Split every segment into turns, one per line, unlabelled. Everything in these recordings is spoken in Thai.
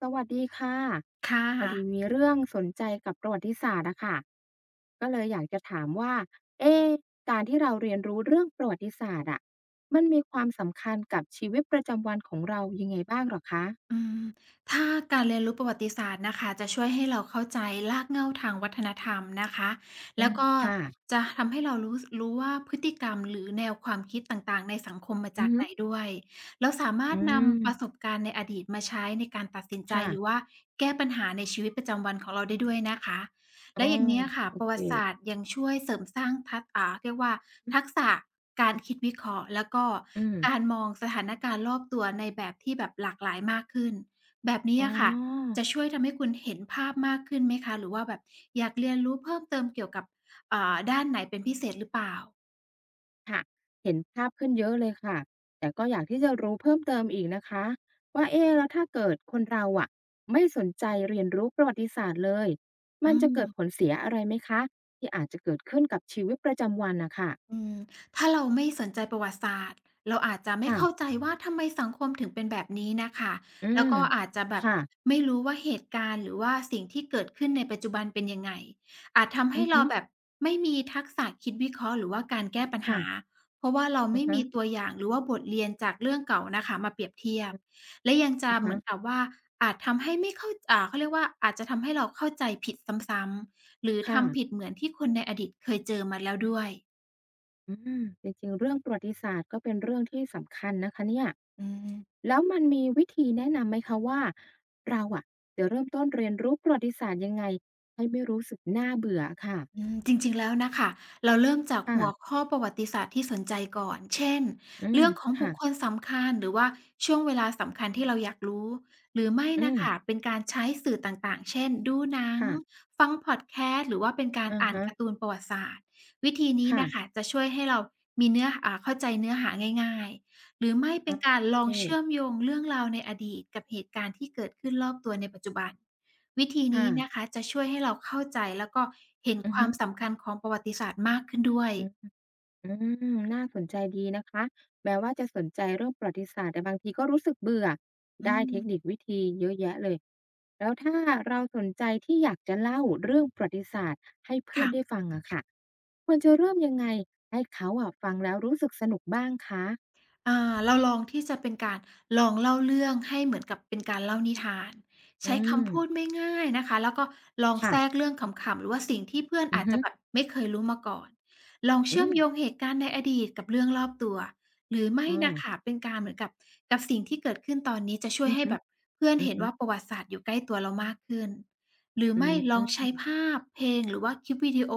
สวัสดีค่ะพอ
ค่ะ
ดีมีเรื่องสนใจกับประวัติศาสตร์อะค่ะก็เลยอยากจะถามว่าเอ๊ะการที่เราเรียนรู้เรื่องประวัติศาสตร์อะมันมีความสำคัญกับชีวิตประจำวันของเรายังไงบ้างหรอคะ
อืมถ้าการเรียนรู้ประวัติศาสตร์นะคะจะช่วยให้เราเข้าใจรากเหง้าทางวัฒนธรรมนะคะ
อื
แล้ว
ม
ก็
ค่ะ
จะทำให้เรารู้ว่าพฤติกรรมหรือแนวความคิดต่างๆในสังคมมา
อื
จา
อ
ก
ฮึ
ไหนด้วยแล้วสามาร
อื
ถนำประส
ม
บการณ์ในอดีตมาใช้ในการตัดสินใจ
ค่ะ
หรือว่าแก้ปัญหาในชีวิตประจำวันของเราได้ด้วยนะคะ
อ๋
แล้
อ
วอย่างเนี้ยค่ะ
โอ
ประ
เค
วัติศาสตร์ยังช่วยเสริมสร้างทักอ่าเรียกว่า
อือ
ทักษะการคิดวิเคราะห์แล้วก็
อืม
การมองสถานการณ์รอบตัวในแบบที่แบบหลากหลายมากขึ้นแบบนี้
อ๋
อะค่ะ
อ
จะช่วยทำให้คุณเห็นภาพมากขึ้นไหมคะหรือว่าแบบอยากเรียนรู้เพิ่มเติมเกี่ยวกับด้านไหนเป็นพิเศษหรือเปล่า
ค่ะเห็นภาพขึ้นเยอะเลยค่ะ แต่ก็อยากที่จะรู้เพิ่มเติมอีกนะคะว่าเอ๊ะแล้วถ้าเกิดคนเราอะไม่สนใจเรียนรู้ประวัติศาสตร์เลย
อื
มันจะเกิดผล
ม
เสียอะไรไหมคะที่อาจจะเกิดขึ้นกับชีวิตประจำวันนะค่ะ
อืมถ้าเราไม่สนใจประวัติศาสตร์เราอาจจะไม่เข้า
ค่ะ
ใจว่าทำไมสังคมถึงเป็นแบบนี้น่ะค่ะ
อื
แล้
ม
วก็อาจจะแบบ
ค่ะ
ไม่รู้ว่าเหตุการณ์หรือว่าสิ่งที่เกิดขึ้นในปัจจุบันเป็นยังไงอาจทำให้
อือ
เรา
ฮึ
แบบไม่มีทักษะคิดวิเคราะห์หรือว่าการแก้ปัญหา
ค่ะ
เพราะว่าเรา
อะ
ไม่
ฮะ
มีตัวอย่างหรือว่าบทเรียนจากเรื่องเก่าน่ะค่ะมาเปรียบเทียบ
อือ
และยังจะเหมื
ฮะ
อนกับว่าอาจทำให้ไม่เข้าอ่าเขาเรียกว่าอาจจะทำให้เราเข้าใจผิดซ้ำๆหรือ
ค่ะ
ทำผิดเหมือนที่คนในอดีตเคยเจอมาแล้วด้วย
อืมจริงๆเรื่องประวัติศาสตร์ก็เป็นเรื่องที่สำคัญนะคะเนี่ย
อืม
แล้วมันมีวิธีแนะนำไหมคะว่าเราอะจะเริ่มต้นเรียนรู้ประวัติศาสตร์ยังไงให้ไม่รู้สึกน่าเบื่ออะค่ะ
จริงๆแล้วน่ะค่ะเราเริ่มจากหัว
ค่ะ
ข้อประวัติศาสตร์ที่สนใจก่อนเช่น
อืม
เรื่องของบุคคล
ค่ะ
สำคัญหรือว่าช่วงเวลาสำคัญที่เราอยากรู้หรือไม่
อื
น่ะ
ม
ค่ะเป็นการใช้สื่อต่างๆเช่นดูหนัง
ค่ะ
ฟังพอดแคสต์หรือว่าเป็นการ
อะ
อ่าน
ฮะ
การ์ตูนประวัติศาสตร์วิธีนี้
ค่ะ
น่ะค่ะจะช่วยให้เรามีเนื้ออ่าเข้าใจเนื้อหาง่ายๆหรือไม่
โอ
เป็นการลองเชื่อม
เค
โยงเรื่องราวในอดีตกับเหตุการณ์ที่เกิดขึ้นรอบตัวในปัจจุบัน วิธีนี้นะ
ค่ะ
คะจะช่วยให้เราเข้าใจแล้วก็เห็น
อื
ค
อ
วา
ฮึ
มสำคัญของประวัติศาสตร์มากขึ้นด้วย
อืออืมน่าสนใจดีนะคะแม้ว่าจะสนใจเรื่องประวัติศาสตร์แต่บางทีก็รู้สึกเบื่อ
อื
ได้
ม
เทคนิควิธีเยอะแยะเลย แล้วถ้าเราสนใจที่อยากจะเล่าเรื่องประวัติศาสตร์ให้เพื่อน
ค่ะ
ได้ฟังอะค่ะควรจะเริ่มยังไงให้เขาอะฟังแล้วรู้สึกสนุกบ้างคะ
อ่าเราลองที่จะเป็นการลองเล่าเรื่องให้เหมือนกับเป็นการเล่านิทาน
อื
ใช้
ม
คำพูดไม่ง่ายนะคะแล้วก็ลองแทรก
ค่ะ
เรื่องขำๆหรือว่าสิ่งที่เพื่อน
อื
อา
อ
จ
ฮึ
จะแบบไม่เคยรู้มาก่อนลอง
อื
เชื่อม
ม
โยงเหตุการณ์ในอดีตกับเรื่องรอบตัวหรือไม่นะ
อ
คะ
อ
เป็นการเหมือนกับสิ่งที่เกิดขึ้นตอนนี้จะช่
อ
วย
อือ
ให้
ฮึ
แบบเพื่อน
อือ
เห็น
ฮึ
ว่าประวัติศาสตร์อยู่ใกล้ตัวเรามากขึ้นหรือ
อื
ไม่ลองใช้
ม
ภาพเพลงหรือว่าคลิปวิดีโอ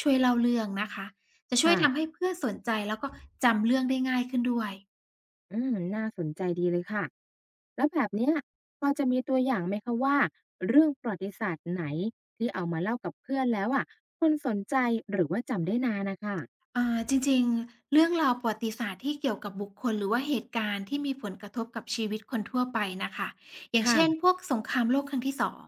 ช่วยเล่าเรื่องนะคะจะช่วย
ค่ะ
ทำให้เพื่อนสนใจแล้วก็จำเรื่องได้ง่ายขึ้นด้วย
อืมน่าสนใจดีเลยค่ะแล้วแบบเนี้ยพอจะมีตัวอย่างไหมคะว่าเรื่องประวัติศาสตร์ไหนที่เอามาเล่ากับเพื่อนแล้วอะคนสนใจหรือว่าจำได้นานนะคะ
จริงๆเรื่องราวประวัติศาสตร์ที่เกี่ยวกับบุคคลหรือว่าเหตุการณ์ที่มีผลกระทบกับชีวิตคนทั่วไปน่ะค่ะอย่าง
ค่ะ
เช่นพวกสงครามโลกครั้งที่สอง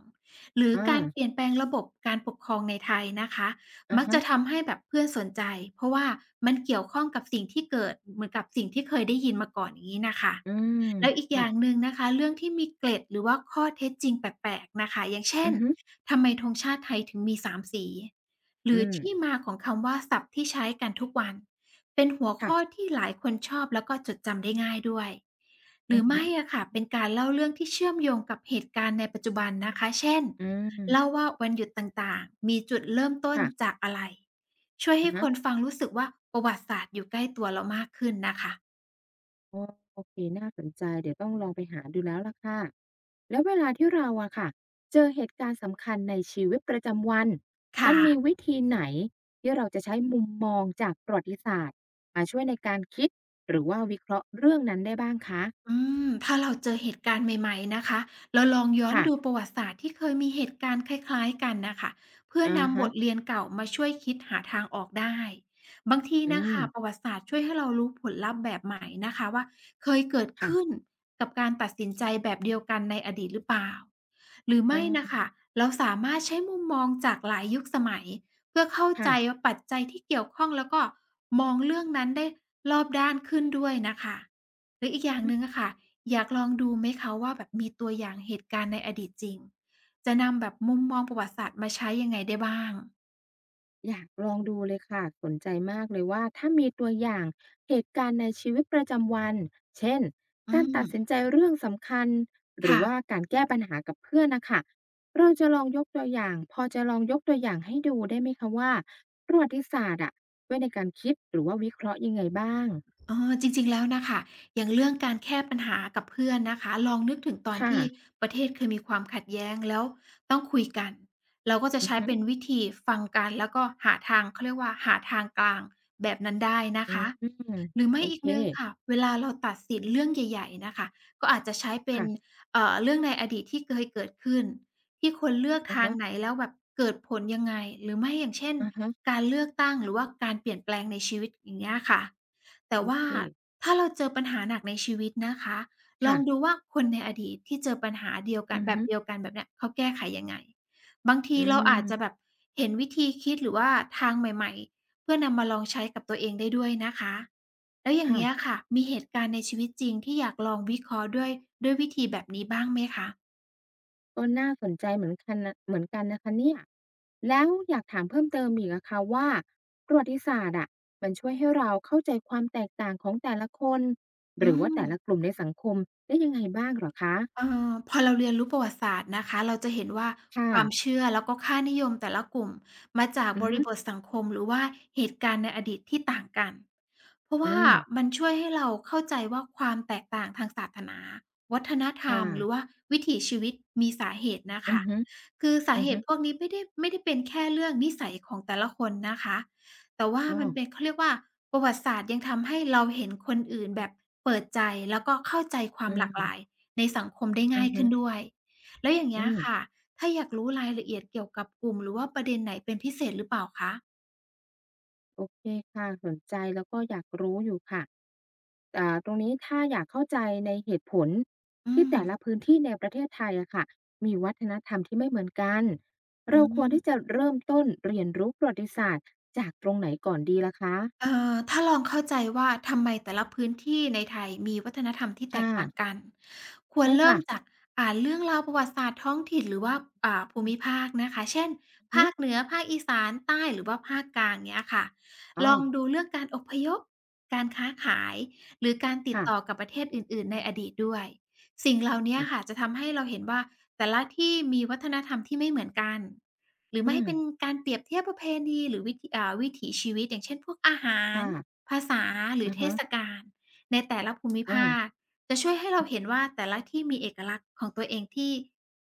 หรือการ
อา
เปลี่ยนแปลงระบบการปกครองในไทยนะคะ
อะ
มัก
ฮะ
จะทำให้แบบเพื่อนสนใจเพราะว่ามันเกี่ยวข้องกับสิ่งที่เกิดเหมือนกับสิ่งที่เคยได้ยินมาก่อนอย่างงี้น่ะค่ะ
อืม
แล้วอีกอ
ค่ะ
ย่างหนึ่งนะคะเรื่องที่มีเกร็ดหรือว่าข้อเท็จจริงแปลกๆน่ะค่ะอย่างเช่
อื
น
อฮึ
ทำไมธงชาติไทยถึงมีสามสี หรือ
อืม
ที่มาของคำว่าศัพท์ที่ใช้กันทุกวันเป็นหัวข้อ
ค่ะ
ที่หลายคนชอบแล้วก็จดจำได้ง่ายด้วยหรื
อื
อ
อฮึ
ไม่อะค่ะเป็นการเล่าเรื่องที่เชื่อมโยงกับเหตุการณ์ในปัจจุบันนะคะเช่น
อื
เล่า
ม
ว่าวันหยุดต่างๆมีจุดเริ่มต้น
ค่ะ
จากอะไรช่วย
อะ
ให้ค
ฮะ
นฟังรู้สึกว่าประวัติศาสตร์อยู่ใกล้ตัวเรามากขึ้นนะคะ
อ๋อโอเคน่าสนใจเดี๋ยวต้องลองไปหาดูแล้วล่ะค่ะแล้วเวลาที่เราอะค่ะเจอเหตุการณ์สำคัญในชีวิตประจำวันมันมี
ค่ะ
วิธีไหนที่เราจะใช้มุมมองจากประวัติศาสตร์มาช่วยในการคิดหรือว่าวิเคราะห์เรื่องนั้นได้บ้างคะ
อืถ้าเราเจอเหตุการณ์ใหม่ๆนะคะเราลองย้อนดูป
ค่ะ
ระวัติศาสตร์ที่เคยมีเหตุการณ์คล้ายๆกันนะคะเพื่อ
อะ
นำบ
ฮะ
ทเรียนเก่ามาช่วยคิดหาทางออกได้บางที
อื
นะ
ม
คะประวัติศาสตร์ช่วยให้เรารู้ผลลัพธ์แบบใหม่นะคะว่าเคยเกิดขึ้น
ค่ะ
กับการตัดสินใจแบบเดียวกันในอดีตหรือเปล่าหรือ
อ๋อ
ไม่นะคะเราสามารถใช้มุมมองจากหลายยุคสมัยเพื่อเข้าใจ
ค่ะ
ว่าปัจจัยที่เกี่ยวข้องแล้วก็มองเรื่องนั้นได้รอบด้านขึ้นด้วยนะคะ หรืออีกอย่างหนึ่งอะค่ะอยากลองดูไหมคะว่าแบบมีตัวอย่างเหตุการณ์ในอดีตจริงจะนำแบบมุมมองประวัติศาสตร์มาใช้ยังไงได้บ้าง
อยากลองดูเลยค่ะสนใจมากเลยว่าถ้ามีตัวอย่างเหตุการณ์ในชีวิตประจำวันเช่น
อื
การตัดสิน
ม
ใจเรื่องสำคัญหรือ
ค่ะ
ว่าการแก้ปัญหากับเพื่อนนะคะเราจะลองยกตัวอย่างพอจะลองยกตัวอย่างให้ดูได้ไหมคะว่าประวัติศาสตร์อะไว้ในการคิดหรือว่าวิเคราะห์ยังไงบ้าง
จริงๆแล้วน่ะค่ะอย่างเรื่องการแค่ปัญหากับเพื่อนนะคะลองนึกถึงตอน
ค่ะ
ที่ประเทศเคยมีความขัดแย้งแล้วต้องคุยกันเราก็จะ
อือ
ใช้
ฮึ
เป็นวิธีฟังกันแล้วก็หาทางเขาเรียกว่าหาทางกลางแบบนั้นได้นะ
อืม
คะหรือไม่
โอ
อีก
เค
หนึ่งค่ะเวลาเราตัดสินเรื่องใหญ่ๆน่ะค่ะก็อาจจะใช้เป็น
ค่ะ
เรื่องในอดีตที่เคยเกิดขึ้นที่คนเลือก
อา
ทาง
ฮะ
ไหนแล้วแบบเกิดผลยังไงหรือไม่อย่างเช่น
อ่าฮะ
การเลือกตั้งหรือว่าการเปลี่ยนแปลงในชีวิตอย่างเงี้ยค่ะ แต่
โอ
ว่า
เค
ถ้าเราเจอปัญหาหนักในชีวิตนะคะลอ
ค่ะ
งดูว่าคนในอดีตที่เจอปัญหาเดียวกัน
อือ
แบบ
ฮึ
เดียวกันแบบเนี้ยเขาแก้ไขยังไงบางที
อื
เราอาจจะแบบ
ม
เห็นวิธีคิดหรือว่าทางใหม่ๆเพื่อนำมาลองใช้กับตัวเองได้ด้วยนะคะแล้วอย่าง
ค่ะ
เงี้ยค่ะมีเหตุการณ์ในชีวิตจริงที่อยากลองวิเคราะห์ด้วยด้วยวิธีแบบนี้บ้างไหมคะ
ก็น่าสนใจเหมือนคันนะเหมือนกันนะคะเนี่ยแล้วอยากถามเพิ่มเติมอีกอะค่ะว่าประวัติศาสตร์อะมันช่วยให้เราเข้าใจความแตกต่างของแต่ละคน
อื
หรือว่า
ม
แต่ละกลุ่มในสังคมได้ยังไงบ้างเหรอคะ
พอเราเรียนรู้ประวัติศาสตร์นะคะเราจะเห็นว่า
ค่ะ
ความเชื่อแล้วก็ค่านิยมแต่ละกลุ่มมาจาก
อื
บ
อฮึ
ริบทสังคมหรือว่าเหตุการณ์ในอดีตที่ต่างกันเพราะ
อื
ว่า
ม
มันช่วยให้เราเข้าใจว่าความแตกต่างทางศาสนาวัฒนธรร
ค่ะ
มหรือว่าวิถีชีวิตมีสาเหตุน่ะ
อื
ค่ะ
อฮึๆ
คือสา
อ
เหตุพวกนี้ไม่ได้เป็นแค่เรื่องนิสัยของแต่ละคนนะคะแต่ว่า
้
มั
อ
น
อ
เป็นเขาเรียกว่าประวัติศาสตร์ยังทำให้เราเห็นคนอื่นแบบเปิดใจแล้วก็เข้าใจความ
อื
หลากหลาย
ม
ในสังคมได้ง่า
อื
ย
อฮึ
ขึ้นด้วย แล้วอย่าง
อื
เงี้ย
ม
ค่ะ ถ้าอยากรู้รายละเอียดเกี่ยวกับกลุ่มหรือว่าประเด็นไหนเป็นพิเศษหรือเปล่าคะ
โอเคค่ะสนใจแล้วก็อยากรู้อยู่ค่ะอ่าตรงนี้ถ้าอยากเข้าใจในเหตุผล
อื
ที่
ม
แต่ละพื้นที่ในประเทศไทยอะค่ะมีวัฒนธรรมที่ไม่เหมือนกัน
อื
เราควรที่จะ
ม
เริ่มต้นเรียนรู้ประวัติศาสตร์จากตรงไหนก่อนดีล่ะคะ
ถ้าลองเข้าใจว่าทำไมแต่ละพื้นที่ในไทยมีวัฒนธรรมที่แตก
ค่ะ
ต่างกันควร
ใช่
เริ่ม
ค่ะ
จากอ่านเรื่องราวประวัติศาสตร์ท้องถิ่นหรือว่าภู
อื
มิ
อ
ภาคนะคะเช่น
ฮึ
ภาคเหนือภาคอีสานใต้หรือว่าภาคกลางเงี้ยค่ะ
อ๋อ
ลองดูเรื่องการอพยพการค้าขายหรือการติดต่อ
ค่ะ
กับประเทศอื่นๆในอดีตด้วยสิ่งเหล่า
อื
เนี้ย
ม
ค่ะจะทำให้เราเห็นว่าแต่ละที่มีวัฒนธรรมที่ไม่เหมือนกัน หรือ
อื
ไม่
ม
เป็นการเปรียบเทียบประเพณีหรือวิถีวิถีชีวิตอย่างเช่นพวกอาหาร
ค่ะ
ภาษาหรือ
อะ
เท
ฮะ
ศกาลในแต่ละภูมิ
เออ
ภาคจะช่วยให้เรา
อือฮึ
เห็นว่าแต่ละที่มีเอกลักษณ์ของตัวเองที่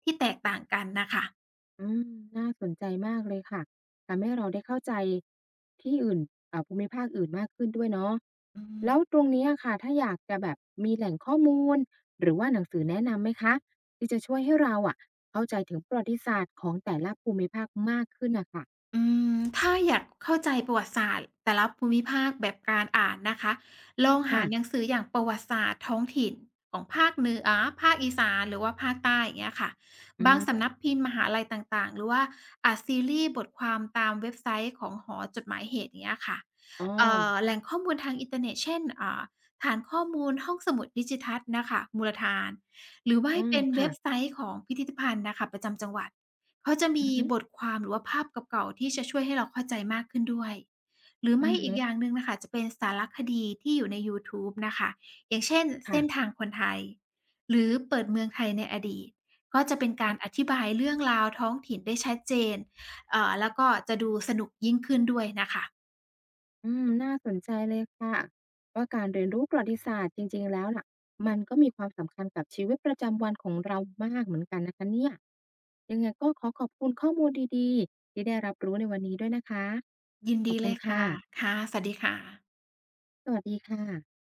แตกต่างกันน่ะค่ะ
อืมน่าสนใจมากเลยค่ะ ทำให้เราได้เข้าใจที่อื่นภูมิภาคอื่นมากขึ้นด้วยเนาะ
อืม
แล้วตรงเนี้ยค่ะถ้าอยากจะแบบมีแหล่งข้อมูล หรือว่าหนังสือแนะนำไหมคะ ที่จะช่วยให้เราอะเข้าใจถึงประวัติศาสตร์ของแต่ละภูมิภาคมากขึ้นน่ะค่ะ
อืมถ้าอยากเข้าใจประวัติศาสตร์แต่ละภูมิภาคแบบการอ่านนะคะลองหาหนัง
ค่ะ
สืออย่างประวัติศาสตร์ท้องถิ่นของภาคเหนือ ภาคอีสานหรือว่าภาคใต้อย่างเงี้ยค่ะ
อื
บาง
ม
สำนักพิมพ์มหาลัยต่างๆหรือว่าอาจซีรีส์บทความตามเว็บไซต์ของหอจดหมายเหตุอย่างเงี้ยค่ะ
อ๋อ
แหล่งข้อมูลทางอินเทอร์เน็ตเช่นฐานข้อมูลห้องสมุดดิจิทัลนะคะมูลฐานหรือว่า
อื
ให้
ม
เป็นเว็
ค่ะ
บไซต์ของพิพิธภัณฑ์นะคะประจำจังหวัด เขาจะ
อื
มี
อฮึ
บทความหรือว่าภาพเก่าๆที่จะช่วยให้เราเข้าใจมากขึ้นด้วยหรือ
อื
ไม่
อ
อี
ฮึ
กอย่างหนึ่งนะคะจะเป็นสารคดีที่อยู่ในยูทูบนะคะอย่างเช่น
ค่ะ
เส้นทางคนไทยหรือเปิดเมืองไทยในอดีตก็จะเป็นการอธิบายเรื่องราวท้องถิ่นได้ชัดเจนแล้วก็จะดูสนุกยิ่งขึ้นด้วยนะคะ
อืมน่าสนใจเลยค่ะว่าการเรียนรู้ประวัติศาสตร์จริงๆแล้วน่ะมันก็มีความสำคัญกับชีวิตประจำวันของเรามากเหมือนกันนะคะเนี่ยยังไงก็ขอขอบคุณข้อมูลดีๆที่ได้รับรู้ในวันนี้ด้วยนะคะ
ยิน
ข
ดี
อบ
เล
คุณ
ย
ค่ะ
ค่ะค่ะสวัสดีค่ะ
สวัสดีค่ะ